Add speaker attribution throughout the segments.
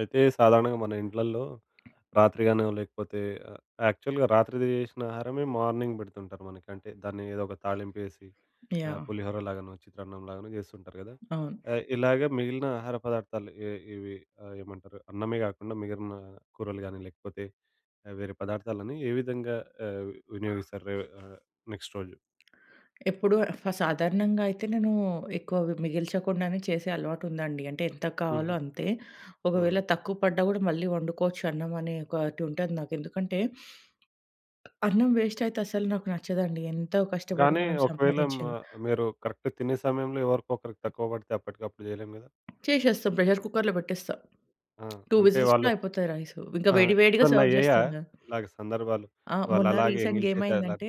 Speaker 1: అయితే సాధారణంగా మన ఇండ్లల్లో రాత్రి గానో లేకపోతే ఆహ్, యాక్చువల్‌గా రాత్రి చేసిన ఆహారమే మార్నింగ్ పెడుతుంటారు మనకి. అంటే దాన్ని ఏదో ఒక తాళింపేసి
Speaker 2: యాహ్!
Speaker 1: పులిహోర లాగానో, చిత్రాన్నం లాగానో చేస్తుంటారు కదా!
Speaker 2: అవును.
Speaker 1: ఇలాగే మిగిలిన ఆహార పదార్థాలు ఇవి ఏమంటారు అన్నమే కాకుండా మిగిలిన కూరలు గానీ లేకపోతే వేరే పదార్థాలని ఏ విధంగా ఆహ్, వినియోగిస్తారు ఆహ్, నెక్స్ట్ రోజు?
Speaker 2: ఎప్పుడు సాధారణంగా అయితే నేను ఎక్కువ మిగిల్చకుండానే చేసే అలవాటుందండి. అంటే ఎంత కావాలో
Speaker 1: హుహు.
Speaker 2: అంతే.
Speaker 1: హ్మ్.
Speaker 2: ఒకవేళ తక్కువ పడ్డా గూడా మళ్ళీ వండుకోవచ్చు అన్నం అనే ఒకటి ఉంటది నాకు. ఎందుకంటే అన్నం వేస్ట్ అయితే అసలు నాకు నచ్చదండి. ఎంతో కష్టపడి
Speaker 1: కానీ
Speaker 2: మనం
Speaker 1: ఒకవేళ
Speaker 2: సంపాదించింది.
Speaker 1: మీరు కరెక్ట్ తినే సమయంలో ఎవరికొకరికి తక్కువ పడితే అప్పటికప్పుడు చేయలేం కదా!
Speaker 2: చేసేస్తాం, ప్రెషర్ కుక్కర్‌లో పెట్టేస్తా.
Speaker 1: ఆ!
Speaker 2: 2
Speaker 1: అంటే
Speaker 2: విజిల్స్‌లో
Speaker 1: వాళ్ళు.
Speaker 2: అయిపోతాయి రైసు. ఇంకా
Speaker 1: ఆ!
Speaker 2: వేడి వేడిగా
Speaker 1: ఎప్పుడన్నా
Speaker 2: సర్వ్
Speaker 1: అయ్యాయా
Speaker 2: చేస్తాం గదా!
Speaker 1: ఇలాగ సందర్భాలు?
Speaker 2: ఆ! మొన్న
Speaker 1: వాళ్ళలాగే ఎంగిలి
Speaker 2: రీసెంట్‌గా
Speaker 1: చేత అలాగ.
Speaker 2: ఏమైందంటే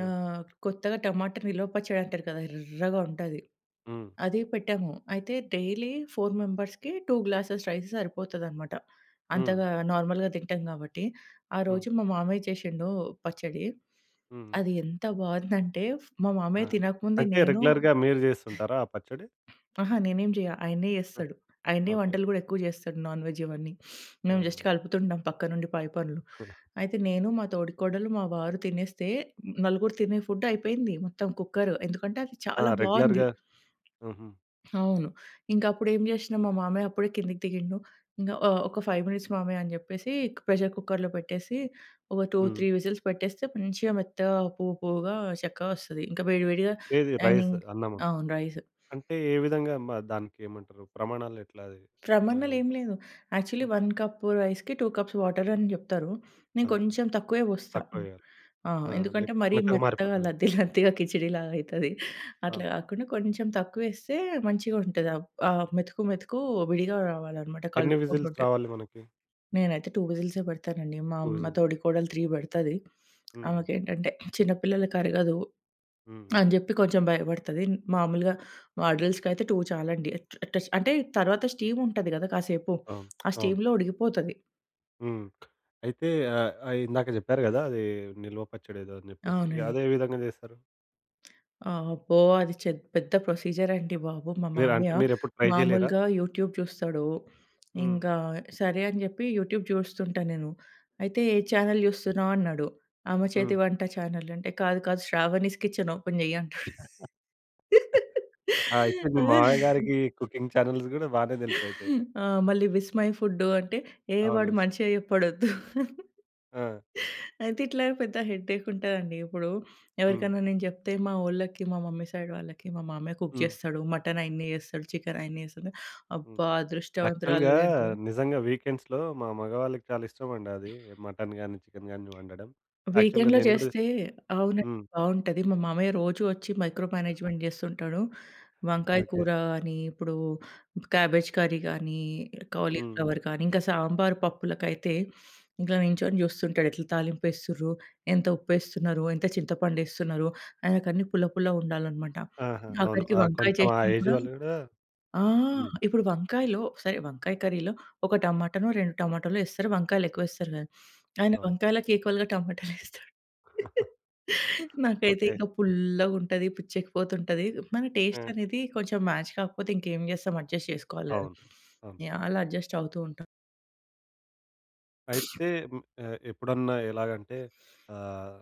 Speaker 1: హ్మ్.
Speaker 2: కొత్తగా టమాటా నిల్వ పచ్చడి అంటారు కదా! ఎర్రగా ఉంటది.
Speaker 1: హ్మ్.
Speaker 2: అది పెట్టాము. అయితే డైలీ 4 మెంబర్స్‌కి 2 గ్లాసెస్ రైస్ సరిపోతదనమాట.
Speaker 1: హ్మ్.
Speaker 2: అంతగా నార్మల్‌గా తింటాం కాబట్టి. ఆ
Speaker 1: హ్మ్.
Speaker 2: రోజు మా మామయ్య చేసిండు పచ్చడి.
Speaker 1: హ్మ్.
Speaker 2: అది ఎంత బావుందంటే మా మామయ్య
Speaker 1: ఆహా!
Speaker 2: తినకముందే
Speaker 1: అంటే
Speaker 2: నేను
Speaker 1: రెగ్యులర్‌గా మీరు జేస్తుంటారా ఆ పచ్చడి?
Speaker 2: అహా! నేనేం జేయ. ఆయనే
Speaker 1: ఆ!
Speaker 2: జేస్తాడు. ఆయనే
Speaker 1: ఓకే.
Speaker 2: వంటలు గూడా ఎక్కువ జేస్తాడు. నాన్ వెజ్ ఇవన్నీ.
Speaker 1: ఆ!
Speaker 2: మేము జస్ట్ కలుపుతుంటాం పక్క నుండి పై పనులు. అయితే నేను, మా తోడికోడలు, మా వారు తినేస్తే నలుగురు తినే ఫుడ్ అయిపోయింది మొత్తం కుక్కర్. ఎందుకంటే అది
Speaker 1: ఆ!
Speaker 2: చాలా బావుంది.
Speaker 1: రెగ్యులర్‌గా. హుహు.
Speaker 2: అవును. ఇంకా అప్పుడేం జేసినా మా మామయ్య అప్పుడే కిందకి దిగిండు. ఒక 5 మినిట్స్ మామయ్య అని జెప్పేసి ప్రెషర్ కుక్కర్‌లో పెట్టేసి ఒక 2,
Speaker 1: హ్మ్.
Speaker 2: 3 విజిల్స్ పెట్టేస్తే మంచిగా మెత్తగా పువ్వు పువ్వుగా చక్కగా ఒస్తది. ఇంకా వేడి వేడిగా
Speaker 1: ఏది
Speaker 2: అండ్
Speaker 1: రైస్,
Speaker 2: ఇం
Speaker 1: అన్నమా?
Speaker 2: అవును. రైస్.
Speaker 1: అంటే ఏ విధంగా దానికేమంటారు ప్రమాణాలు ఎట్లా అది? ఆహ్,
Speaker 2: ప్రమాణాలేం లేదు. యాక్చువల్లీ
Speaker 1: హ్మ్.
Speaker 2: 1 కప్ రైస్‌కి 2 కప్స్ వాటర్ అని జెప్తారు. నేను
Speaker 1: అంతే.
Speaker 2: కొంచెం తక్కువే పోస్తా.
Speaker 1: తక్కువ వేయాలి.
Speaker 2: ఆ!
Speaker 1: ఆ!
Speaker 2: ఎందుకంటే
Speaker 1: లేకపోతే
Speaker 2: మరీ
Speaker 1: మెత్తగా
Speaker 2: మెత్తగా
Speaker 1: మారిపోతది.
Speaker 2: లద్ది లద్దిగా కిచిడీలాగా అయితది. అట్లా
Speaker 1: అవును.
Speaker 2: గాకుండా కొంచెం తక్కువేస్తే మంచిగుంటది. ఆహ్, ఆ మెతుకు మెతుకు విడిగా రావాలన్నమాట
Speaker 1: ఎన్ని విజిల్స్
Speaker 2: కలుపుకుంటుంటే.
Speaker 1: రావాలి మనకి?
Speaker 2: నేనైతే 2 విజిల్సే పెడతానండి. మా
Speaker 1: 2
Speaker 2: మా
Speaker 1: విజిల్స్.
Speaker 2: తోడికోడలు 3 పెడతది.
Speaker 1: హ్మ్. హ్మ్.
Speaker 2: ఆమెకేంటంటే చిన్న పిల్లలకి అరగదు
Speaker 1: హ్మ్. హ్మ్.
Speaker 2: అని జెప్పి కొంచెం భయపడతది. మామూలుగా అడల్ట్స్‌కైతే 2 చాలండి. అట్ అటస్ అంటే తర్వాత స్టీమ్ ఉంటది గదా! కాసేపు.
Speaker 1: అవును.
Speaker 2: ఆ
Speaker 1: అవును.
Speaker 2: స్టీమ్‌లో ఉడికిపోతది.
Speaker 1: హ్మ్. అయితే ఆహ్, ఆహ్, ఇందాక జెప్పారు గదా! అది నిల్వ పచ్చడేదో అని జెప్పేసి.
Speaker 2: అవునండి.
Speaker 1: అదే విధంగా జేస్తారు?
Speaker 2: ఆ! అబ్బో! అది పెద్ద ప్రొసీజర్ అండి బాబు. మా
Speaker 1: మీరు అంటే
Speaker 2: మామయ్య
Speaker 1: మీరెప్పుడు ట్రై జేయలేరా?
Speaker 2: మామూలుగా యూట్యూబ్ చూస్తాడు.
Speaker 1: హ్మ్.
Speaker 2: ఇంకా సరే అని జెప్పి యూట్యూబ్ చూస్తుంటా నేను. అయితే "ఏ ఛానెల్ జూస్తున్నావు?" అన్నాడు. "అమ్మ
Speaker 1: హ్మ్.
Speaker 2: చేతి వంట ఛానెల్" అంటే, "కాదు కాదు, శ్రావణీస్ కిచెన్ ఓపెన్ జెయ్యి" అంటాడు.
Speaker 1: ఆ! అయితే మీ మామయ్య గారికి కుకింగ్ ఛానెల్స్ గూడా బానే తెలుసయితే.
Speaker 2: ఆ! మళ్ళీ విస్మయ్ ఫుడ్డు అంటే, ఏ
Speaker 1: అవును.
Speaker 2: వాడు మంచిగా చెప్పడొద్దు.
Speaker 1: ఆ!
Speaker 2: అయితే ఇట్లా పెద్ద హెడ్‌ఏక్ ఉంటదండి. ఇప్పుడు
Speaker 1: హ్మ్.
Speaker 2: ఎవరికైనా నేను చెప్తే మా వోళ్ళకి, మా మమ్మీ సైడ్ వాళ్ళకి, మా మామయ్య కుక్
Speaker 1: హ్మ్.
Speaker 2: చేస్తాడు. మటన్ ఆయన్నే చేస్తాడు, చికెన్ ఆయన్నే చేస్తాడు.
Speaker 1: హ్మ్.
Speaker 2: అబ్బా!
Speaker 1: యాక్చువల్‌గా
Speaker 2: అదృష్టవంతురాలివి అంటారు.
Speaker 1: నిజంగా వీకెండ్స్‌లో మా మగవాళ్ళకి చాలా ఇష్టమండి అది. మటన్ గానీ, చికెన్ గానీ వండడం. యాక్చువల్‌గా
Speaker 2: వీకెండ్‌లో
Speaker 1: నేను గూడా.
Speaker 2: చేస్తే అవునండి,
Speaker 1: హ్మ్.
Speaker 2: బావుంటది. మా మామయ్య రోజు వచ్చి మైక్రో మేనేజ్‌మెంట్ జేస్తుంటాడు. వంకాయ
Speaker 1: ఓకే.
Speaker 2: కూర అని, ఇప్పుడు క్యాబేజ్ కర్రీ గానీ,
Speaker 1: హ్మ్. హ్మ్.
Speaker 2: కాలీఫ్లవర్ కానీ, ఇంకా సాంబార్ పప్పులకైతే ఇట్లా నించొని జూస్తుంటాడు. ఎట్లా తాలింపేస్తుర్రు? ఎంత ఉప్పేస్తున్నారు? ఎంత చింతపండేస్తున్నారు? ఆయనకన్నీ పుల్ల పుల్లగా ఉండాలనమాట.
Speaker 1: ఆహా! అవును.
Speaker 2: ఆఖరికి
Speaker 1: ఆ!
Speaker 2: వంకాయ
Speaker 1: కొంచెం ఆ
Speaker 2: చేసినా
Speaker 1: ఏజ్
Speaker 2: గూడా
Speaker 1: వాళ్ళు గూడా.
Speaker 2: ఆ!
Speaker 1: హ్మ్.
Speaker 2: ఇప్పుడు వంకాయ కర్రీలో ఒక టమాటానో, 2 టమాటాలో ఏస్తారు. వంకాయలెక్కువేస్తారు గదా! ఆయన
Speaker 1: అవును.
Speaker 2: వంకాయలకి ఈక్వల్‌గా టమాటాలేస్తాడు. నాకైతే
Speaker 1: ఓకే.
Speaker 2: ఇంక పుల్లగుంటది. పుచ్చెక్కిపోతుంటది. మన
Speaker 1: ఆ!
Speaker 2: టేస్ట్ అనేది కొంచెం మ్యాచ్ కాకపోతే ఇంకేం చేస్తాం, అడ్జస్ట్ చేసుకోవాలి గదా!
Speaker 1: అవును. అవును.
Speaker 2: యాహ్! అలా అడ్జస్ట్ అవుతూ ఉంటాం.
Speaker 1: అయితే ఎప్పుడన్నా ఎలాగంటే ఆహ్,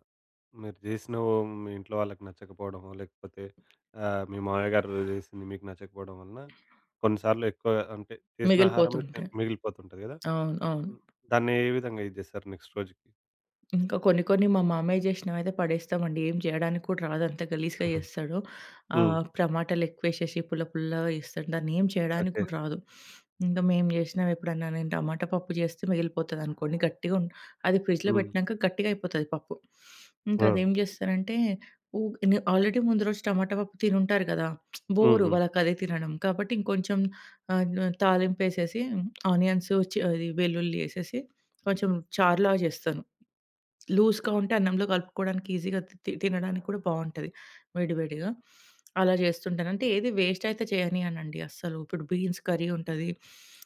Speaker 1: మీరు జేసినవో మీ ఇంట్లో వాళ్ళకి నచ్చకపోవడమో, లేకపోతే మీ మామయ్య గారు జేసింది మీకు నచ్చకపోవడం వలన కొన్నిసార్లు ఎక్కువ అంటే చేసిన ఆహారమే
Speaker 2: మిగిలిపోతుంటాయి.
Speaker 1: మిగిలిపోతుంటది గదా!
Speaker 2: అవును. అవును.
Speaker 1: హ్మ్. దాన్ని ఏ విధంగా ఇది జేస్తారు నెక్స్ట్ రోజుకి?
Speaker 2: ఇంకా కొన్ని కొన్ని మా మామయ్య చేసినవయితే పడేస్తామండి. ఏం జేయడానికి కూడా రాదు. అంత గలీజ్‌గా చేస్తాడు.
Speaker 1: హ్మ్.
Speaker 2: ఆహ్, టమాటాలెక్కువేసేసి పుల్ల పుల్లగా చేస్తాడు. దాన్నేం చేయడానికి
Speaker 1: ఓకే.
Speaker 2: కూడా రాదు. ఇంక మేము చేసినవి ఎప్పుడన్నా నేను టమాటా పప్పు చేస్తే మిగిలిపోతదనుకోండి, గట్టిగా ఉం అది ఫ్రిడ్జ్‌లో
Speaker 1: హ్మ్.
Speaker 2: పెట్టినాక గట్టిగా అయిపోతది పప్పు. ఇంకా
Speaker 1: ఆ!
Speaker 2: అదేం చేస్తానంటే ఉ ఆల్రెడీ ముందు రోజు టమాటా పప్పు తినుంటారు కదా!
Speaker 1: హ్మ్.
Speaker 2: బోరు
Speaker 1: హ్మ్.
Speaker 2: వాళ్ళకదే తినడం. కాబట్టి ఇంకొంచెం ఆహ్, న తాలింపేసేసి ఆనియన్స్, చ అది వెల్లుల్లి ఏసేసి కొంచెం చారులాగా చేస్తాను. లూజ్‌గా ఉంటే అన్నంలో కలుపుకోవడానికి ఈజీగా తి తి తినడానికి కూడా బావుంటది వేడి వేడిగా. అలా చేస్తుంటాను. అంటే ఏది వేస్ట్ అయితే చేయనియనండి అస్సలు. ఇప్పుడు బీన్స్ కర్రీ ఉంటది.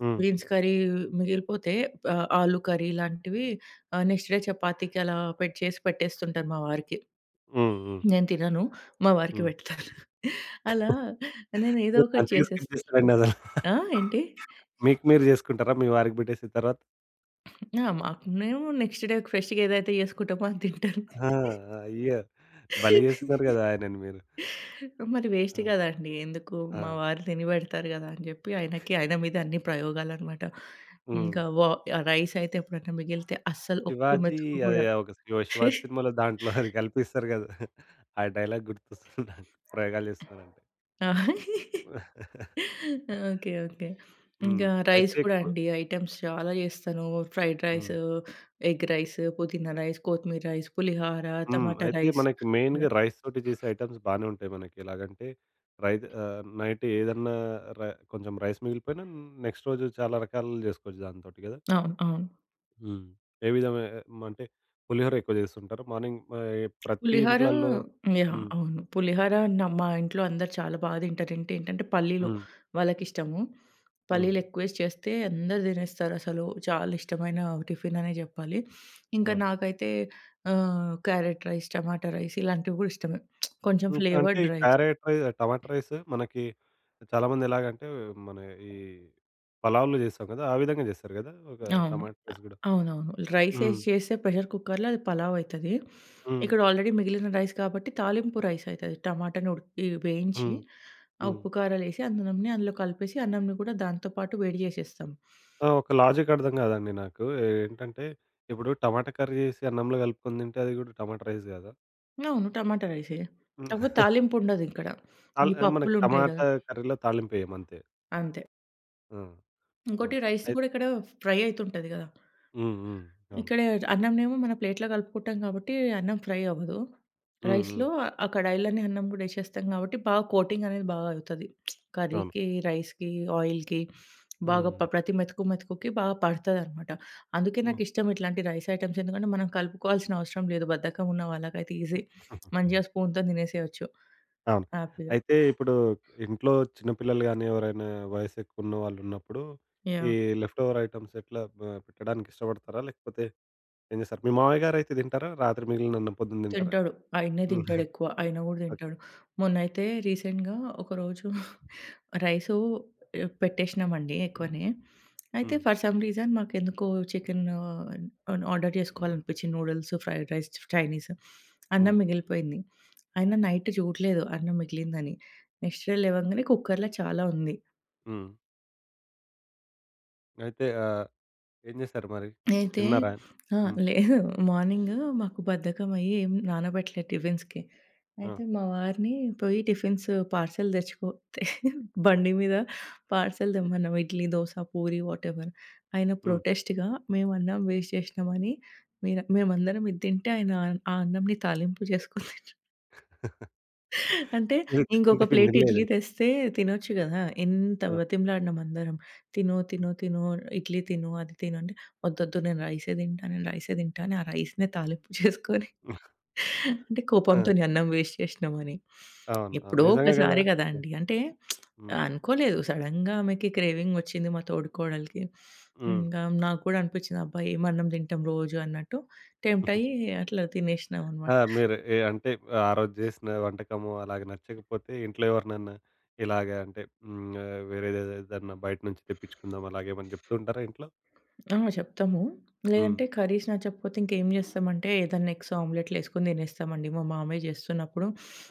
Speaker 1: హ్మ్.
Speaker 2: బీన్స్ కర్రీ మిగిలిపోతే, ఆహ్, ఆలు కర్రీ ఇలాంటివి నెక్స్ట్ డే చపాతీకి అలా పెట్ చేసి పెట్టేస్తుంటాను మా వారికి.
Speaker 1: హ్మ్. హ్మ్.
Speaker 2: నేను తినను. మా వారికి
Speaker 1: హ్మ్.
Speaker 2: పెడతాను. అలా నేను ఏదో
Speaker 1: మీరు
Speaker 2: ఒకటి
Speaker 1: మంచిగా స్కిప్
Speaker 2: చేసేస్తా.
Speaker 1: జేస్తారండి అసలు.
Speaker 2: ఆ! ఏంటి?
Speaker 1: మీకు మీరు జేసుకుంటారా? మీ వారికి బెట్టేసిన తర్వాత?
Speaker 2: ఆ! మాకు మేము నెక్స్ట్ డే ఫ్రెష్‌గా ఏదైతే చేసుకుంటామో అది తింటాను.
Speaker 1: ఆ! అయ్యో! భలే జేస్తున్నారు గదా! ఆయనని మీరు.
Speaker 2: మరి
Speaker 1: ఆ!
Speaker 2: వేస్ట్ గదండీ! ఎందుకు
Speaker 1: ఆ!
Speaker 2: మా వారు తిని బెడతారు గదా అని జెప్పి ఆయనకి ఆయన మీద అన్ని ప్రయోగాలనమాట.
Speaker 1: హ్మ్.
Speaker 2: ఇంకా వ రైస్ అయితే ఎప్పుడన్నా మిగిలితే అస్సలు ఒక్క
Speaker 1: 'శివాజీ'
Speaker 2: మెతుకు
Speaker 1: అది
Speaker 2: గూడా
Speaker 1: ఒక 'శివాజీ' సినిమాలో దాంట్లో అది కల్పిస్తారు గదా! ఆ డైలాగ్ గుర్తొస్తుంది నాకు ప్రయోగాలు చేస్తున్నారంటే.
Speaker 2: ఆ! ఓకే. ఓకే.
Speaker 1: హ్మ్.
Speaker 2: ఇంకా రైస్
Speaker 1: అయితే
Speaker 2: గూడా అండి ఐటెమ్స్ చాలా జేస్తాను. ఫ్రైడ్ రైస్,
Speaker 1: హ్మ్.
Speaker 2: ఎగ్ రైస్, పుదీనా రైస్, కొత్తిమీర రైస్, పులిహార,
Speaker 1: హ్మ్.
Speaker 2: టమాటా
Speaker 1: అయితే
Speaker 2: రైస్
Speaker 1: మనకి
Speaker 2: ఇలా.
Speaker 1: మెయిన్‌గా రైస్ తోటి చేసే ఐటెమ్స్ బానే ఉంటాయి మనకి. ఎలాగంటే రైస్ నైట్ ఏదన్నా ర కొంచెం రైస్ మిగిలిపోయినా నెక్స్ట్ రోజు చాలా రకాలు జేసుకోవచ్చు దాంతోటి గదా!
Speaker 2: అవును. అవును.
Speaker 1: హ్మ్. ఏ విధమైన అంటే పులిహోర ఎక్కువ జేస్తుంటారు. మార్నింగ్ ప్రతి
Speaker 2: పులిహోర
Speaker 1: ఇంట్లల్లో.
Speaker 2: యాహ్!
Speaker 1: హ్మ్.
Speaker 2: అవును. పులిహోర మా ఇంట్లో అందరూ చాలా బాగా తింటారు. ఏంటంటే పల్లీలు
Speaker 1: హ్మ్.
Speaker 2: వాళ్ళకిష్టము.
Speaker 1: హ్మ్.
Speaker 2: పల్లీలు ఎక్కువేసి చేస్తే అందరూ తినేస్తారసలు. చాలా ఇష్టమైన టిఫిన్ అనే జెప్పాలి. ఇంకా
Speaker 1: అవును.
Speaker 2: నాకైతే ఆహ్, క్యారెట్ రైస్, టమాటా రైస్ ఇలాంటివి గూడా ఇష్టమే. కొంచెం
Speaker 1: హ్మ్. అంటే
Speaker 2: ఫ్లేవర్డ్
Speaker 1: ఈ
Speaker 2: రైస్.
Speaker 1: క్యారెట్ రై టమాటా రైస్ మనకి చాలామంది ఎలాగంటే మన ఈ పలావులు చేస్తాం కదా! ఆ విధంగా చేస్తారు కదా! ఒక
Speaker 2: అవును.
Speaker 1: టమాటా
Speaker 2: అ
Speaker 1: రైస్ గూడా.
Speaker 2: అవునవును. రైస్
Speaker 1: హ్మ్.
Speaker 2: ఏసి చేస్తే ప్రెషర్ కుక్కర్‌లో అది పలావ్ అయితది.
Speaker 1: హ్మ్.
Speaker 2: ఇక్కడ ఆల్రెడీ మిగిలిన రైస్ కాబట్టి తాలింపు రైస్ అయితది. టమాటాని ఉడికి వేయించి,
Speaker 1: హ్మ్.
Speaker 2: ఆ
Speaker 1: హ్మ్.
Speaker 2: ఉప్పు కారాలేసి అన్నంని అందులో కలిపేసి అన్నంని కూడా దాంతో పాటు వేడి చేసేస్తాం.
Speaker 1: ఆ! ఒక లాజిక్ అర్థం కాదండి నాకు. ఏంటంటే ఇప్పుడు టమాటా కర్రీ చేసి అన్నంలో కలుపుకొని తింటే అది గూడా టమాటా రైస్ కాదా?
Speaker 2: అవును. టమాటా రైసే. కాకపోతే తాలింపు ఉండదిక్కడ. ఈ
Speaker 1: అల్ మనకి
Speaker 2: పప్పులుంటాయి గదా!
Speaker 1: టమాటా కర్రీలో తాళింపు ఎయ్యం అంతే.
Speaker 2: అంతే.
Speaker 1: ఆ!
Speaker 2: ఇంకోటి
Speaker 1: అవును.
Speaker 2: రైస్
Speaker 1: అయి
Speaker 2: కూడా ఇక్కడ ఫ్రై అయితుంటది గదా!
Speaker 1: హ్మ్. హ్మ్. అవును.
Speaker 2: ఇక్కడ అన్నంనేమో మన ప్లేట్‌లో కలుపుకుంటాం కాబట్టి అన్నం ఫ్రై అవ్వదు.
Speaker 1: హ్మ్. హ్మ్.
Speaker 2: రైస్‌లో ఆ కడాయిలోనే అన్నం కూడా ఏసేస్తాం కాబట్టి బాగా కోటింగ్ అనేది బాగా అవుతది.
Speaker 1: అవును.
Speaker 2: కర్రీకి, రైస్‌కి, ఆయిల్‌కి బాగా
Speaker 1: హ్మ్.
Speaker 2: ప్రతి మెతుకు, మెతుకుకి బాగా పడతదనమాట. అందుకే నాకిష్టం ఇట్లాంటి రైస్ ఐటెమ్స్, ఎందుకంటే మనం కలుపుకోవాల్సిన అవసరం లేదు. బద్ధకం ఉన్న వాళ్ళకైతే ఈజీ.
Speaker 1: ఓకే.
Speaker 2: మంచిగా స్పూన్‌తోని తినేసేయొచ్చు
Speaker 1: అవును.
Speaker 2: హ్యాపీగా.
Speaker 1: అయితే ఇప్పుడు ఇంట్లో చిన్న పిల్లలు గాని, ఎవరైనా వయసు ఎక్కువున్న వాళ్ళున్నప్పుడు, ఈ
Speaker 2: యాహ్!
Speaker 1: లెఫ్ట్ ఓవర్ ఐటెమ్స్ ఎట్లా బ పెట్టడానికి ఇష్టపడతారా? లేకపోతే ఏం చేస్తారు? మీ మామయ్య గారైతే తింటారా? రాత్రి మిగిలినన్నం పొద్దున తింటారా?
Speaker 2: తింటాడు. ఆయన్నే
Speaker 1: హ్మ్.
Speaker 2: తింటాడెక్కువ. ఆయన కూడా
Speaker 1: ఓకే.
Speaker 2: తింటాడు. మొన్నైతే రీసెంట్‌గా ఒకరోజు రైసు, ఆహ్, పెట్టేసినామండి ఎక్కువనే. అయితే
Speaker 1: హ్మ్.
Speaker 2: ఫర్ సమ్ రీజన్ మాకెందుకో చికెన్, ఆహ్, ఆర్డర్ చేసుకోవాలనిపించింది. Noodles, fried rice, Chinese. అన్నం
Speaker 1: హ్మ్.
Speaker 2: మిగిలిపోయింది. అయినా నైట్ చూడలేదు అన్నం మిగిలిందని. నెక్స్ట్ డే లేవంగానే కుక్కర్‌లో చాలా ఉంది.
Speaker 1: హ్మ్. అయితే ఏం చేశారు మరి?
Speaker 2: అయితే
Speaker 1: తిన్నారా ఆయన?
Speaker 2: ఆ!
Speaker 1: హ్మ్.
Speaker 2: లేదు. మార్నింగ్ మాకు బద్ధకమయ్యి ఏం నానబెట్టలేదు టిఫిన్స్‌కి.
Speaker 1: ఆ!
Speaker 2: అయితే మా వారిని పోయి టిఫిన్స్ పార్సెల్ తెచ్చుకో తె బండి మీద పార్సెల్ తెమ్మన్నాం. ఇడ్లీ, దోస, పూరి, వాటెవర్. ఆయన
Speaker 1: హ్మ్.
Speaker 2: ప్రొటెస్ట్‌గా, "మేము అన్నం వేస్ట్ చేసినామని, మేమందరం ఇది తింటే ఆయన ఆ అన్నంని తాలింపు చేసుకుంది." అంటే
Speaker 1: ఇది టిఫిన్
Speaker 2: ఇంకొక
Speaker 1: టిఫిన్
Speaker 2: ప్లేట్
Speaker 1: తినలేదు.
Speaker 2: ఇడ్లీ తెస్తే తినొచ్చు
Speaker 1: హ్మ్.
Speaker 2: గదా! ఎంత
Speaker 1: ఆ!
Speaker 2: బతిమలాడినాం అందరం. తిను,
Speaker 1: హ్మ్.
Speaker 2: తిను, తిను, ఇడ్లీ తిను, అది తిను అంటే, వద్దొద్దు నేను రైసే తింటా, నేను రైసే తింటా అని ఆ రైస్‌నే తాలింపు చేసుకొని, అంటే
Speaker 1: ఆ!
Speaker 2: కోపంతోని అన్నం వేస్ట్ చేసినామని.
Speaker 1: అవును. అవును.
Speaker 2: ఎప్పుడో
Speaker 1: నిజంగా గదా!
Speaker 2: ఒకసారి గదా అండి. అంటే
Speaker 1: హ్మ్.
Speaker 2: అనుకోలేదు, సడెన్‌గా ఆమెకి క్రేవింగ్ వచ్చింది మా తోడికోడలికి.
Speaker 1: హ్మ్.
Speaker 2: ఇంకా నాకు కూడా అనిపించింది అబ్బా! ఏం అన్నం తింటాం రోజు అన్నట్టు టెంప్ట్ అయ్యి అట్లా
Speaker 1: ఆ!
Speaker 2: తినేసినామనమాట.
Speaker 1: మీరు అంటే ఆ రోజు చేసిన వంటకము అలాగా నచ్చకపోతే ఇంట్లో ఎవరినన్నా ఇలాగ అంటే హ్మ్. వేరేదేదన్నా బయట నుంచి తెప్పించుకుందాం అలాగేమని చెప్తూ ఉంటారా ఇంట్లో?
Speaker 2: ఆ! చెప్తాము.
Speaker 1: హ్మ్.
Speaker 2: లేదంటే కర్రీస్ నచ్చకపోతే ఇంకేం జేస్తామంటే ఏదన్నా ఎగ్స్ ఆమ్లెట్‌లేసుకొని తినేస్తామండి. మా మామయ్య జేస్తున్నప్పుడు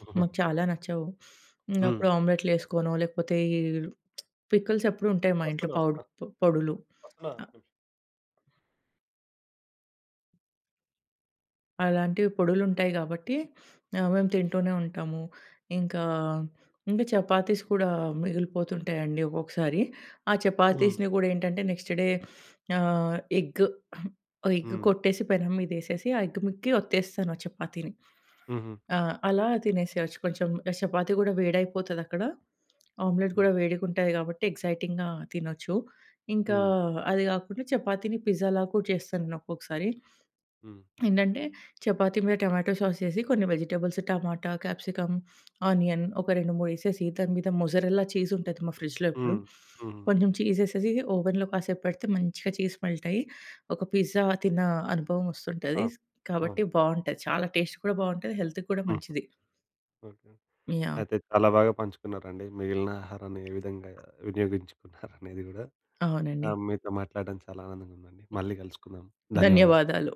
Speaker 1: హుహు.
Speaker 2: మాకు చాలా నచ్చవు. ఇంగ
Speaker 1: హ్మ్.
Speaker 2: అప్పుడు ఆమ్లెట్‌లేసుకోనో లేకపోతే ఈ పికిల్స్ ఎప్పుడు ఉంటాయి మా ఇంట్లో,
Speaker 1: వస్తున్నా. వస్తున్నా.
Speaker 2: పొడులు.
Speaker 1: వస్తున్నా. ఒక్క నిమిషం. అయ్యో!
Speaker 2: అలాంటివి పొడులుంటాయి గాబట్టి ఆహ్, మేము తింటూనే ఉంటాము. ఇంకా, ఇంకా చపాతీస్ కూడా మిగిలిపోతుంటాయండి ఒక్కొక్కసారి. ఆ
Speaker 1: హ్మ్.
Speaker 2: చపాతీస్‌ని గూడా ఏంటంటే నెక్స్ట్ డే ఆహ్, ఎగ్ ఎగ్
Speaker 1: హ్మ్.
Speaker 2: కొట్టేసి పెనం మీదేసేసి ఆ ఎగ్ ముక్కి ఒత్తేస్తాను ఆ చపాతీని.
Speaker 1: హుహు.
Speaker 2: ఆ! అలా తినేసేయొచ్చు. కొంచెం చపాతీ గూడా వేడైపోతదక్కడ. ఆమ్లెట్
Speaker 1: హ్మ్.
Speaker 2: గూడా వేడిగుంటది గాబట్టి ఎక్సైటింగ్‌గా తినొచ్చు. ఇంకా
Speaker 1: హ్మ్.
Speaker 2: అది గాకుండా చపాతీని పిజ్జాలా కూడా చేస్తాను నేను ఒక్కొక్కసారి.
Speaker 1: హ్మ్.
Speaker 2: ఏంటంటే చపాతీ మీద టమాటో సాసేసి కొన్ని వెజిటబుల్స్ టమాటా, క్యాప్సికమ్, ఆనియన్ ఒక 2, 3 ఏసేసి దాని మీద మొజరెల్లా చీజ్ ఉంటది మా ఫ్రిడ్జ్‌లో ఎప్పుడు.
Speaker 1: హ్మ్. హ్మ్.
Speaker 2: కొంచెం చీసేసేసి ఓవెన్‌లో కాసేపు పెడితే మంచిగా చీజ్ మెల్ట్ అయ్యి ఒక పిజ్జా తిన్న అనుభవం వస్తుంటది.
Speaker 1: అవును. అవును.
Speaker 2: కాబట్టి బావుంటది. చాలా టేస్ట్ కూడా బావుంటది. హెల్త్‌కి కూడా
Speaker 1: హుహు.
Speaker 2: మంచిది.
Speaker 1: ఓకే.
Speaker 2: యాహ్!
Speaker 1: అయితే చాలా బాగా పంచుకున్నారండి. మిగిలిన ఆహారాన్ని ఏ విధంగా వినియోగించుకున్నారనేది గూడా. ఆ!
Speaker 2: అవునండి.
Speaker 1: మీతో మాట్లాడడం చాలా ఆనందంగా ఉందండి. మళ్ళీ కలుసుకుందాం. ధన్యవాదాలు.
Speaker 2: ధన్యవాదాలు.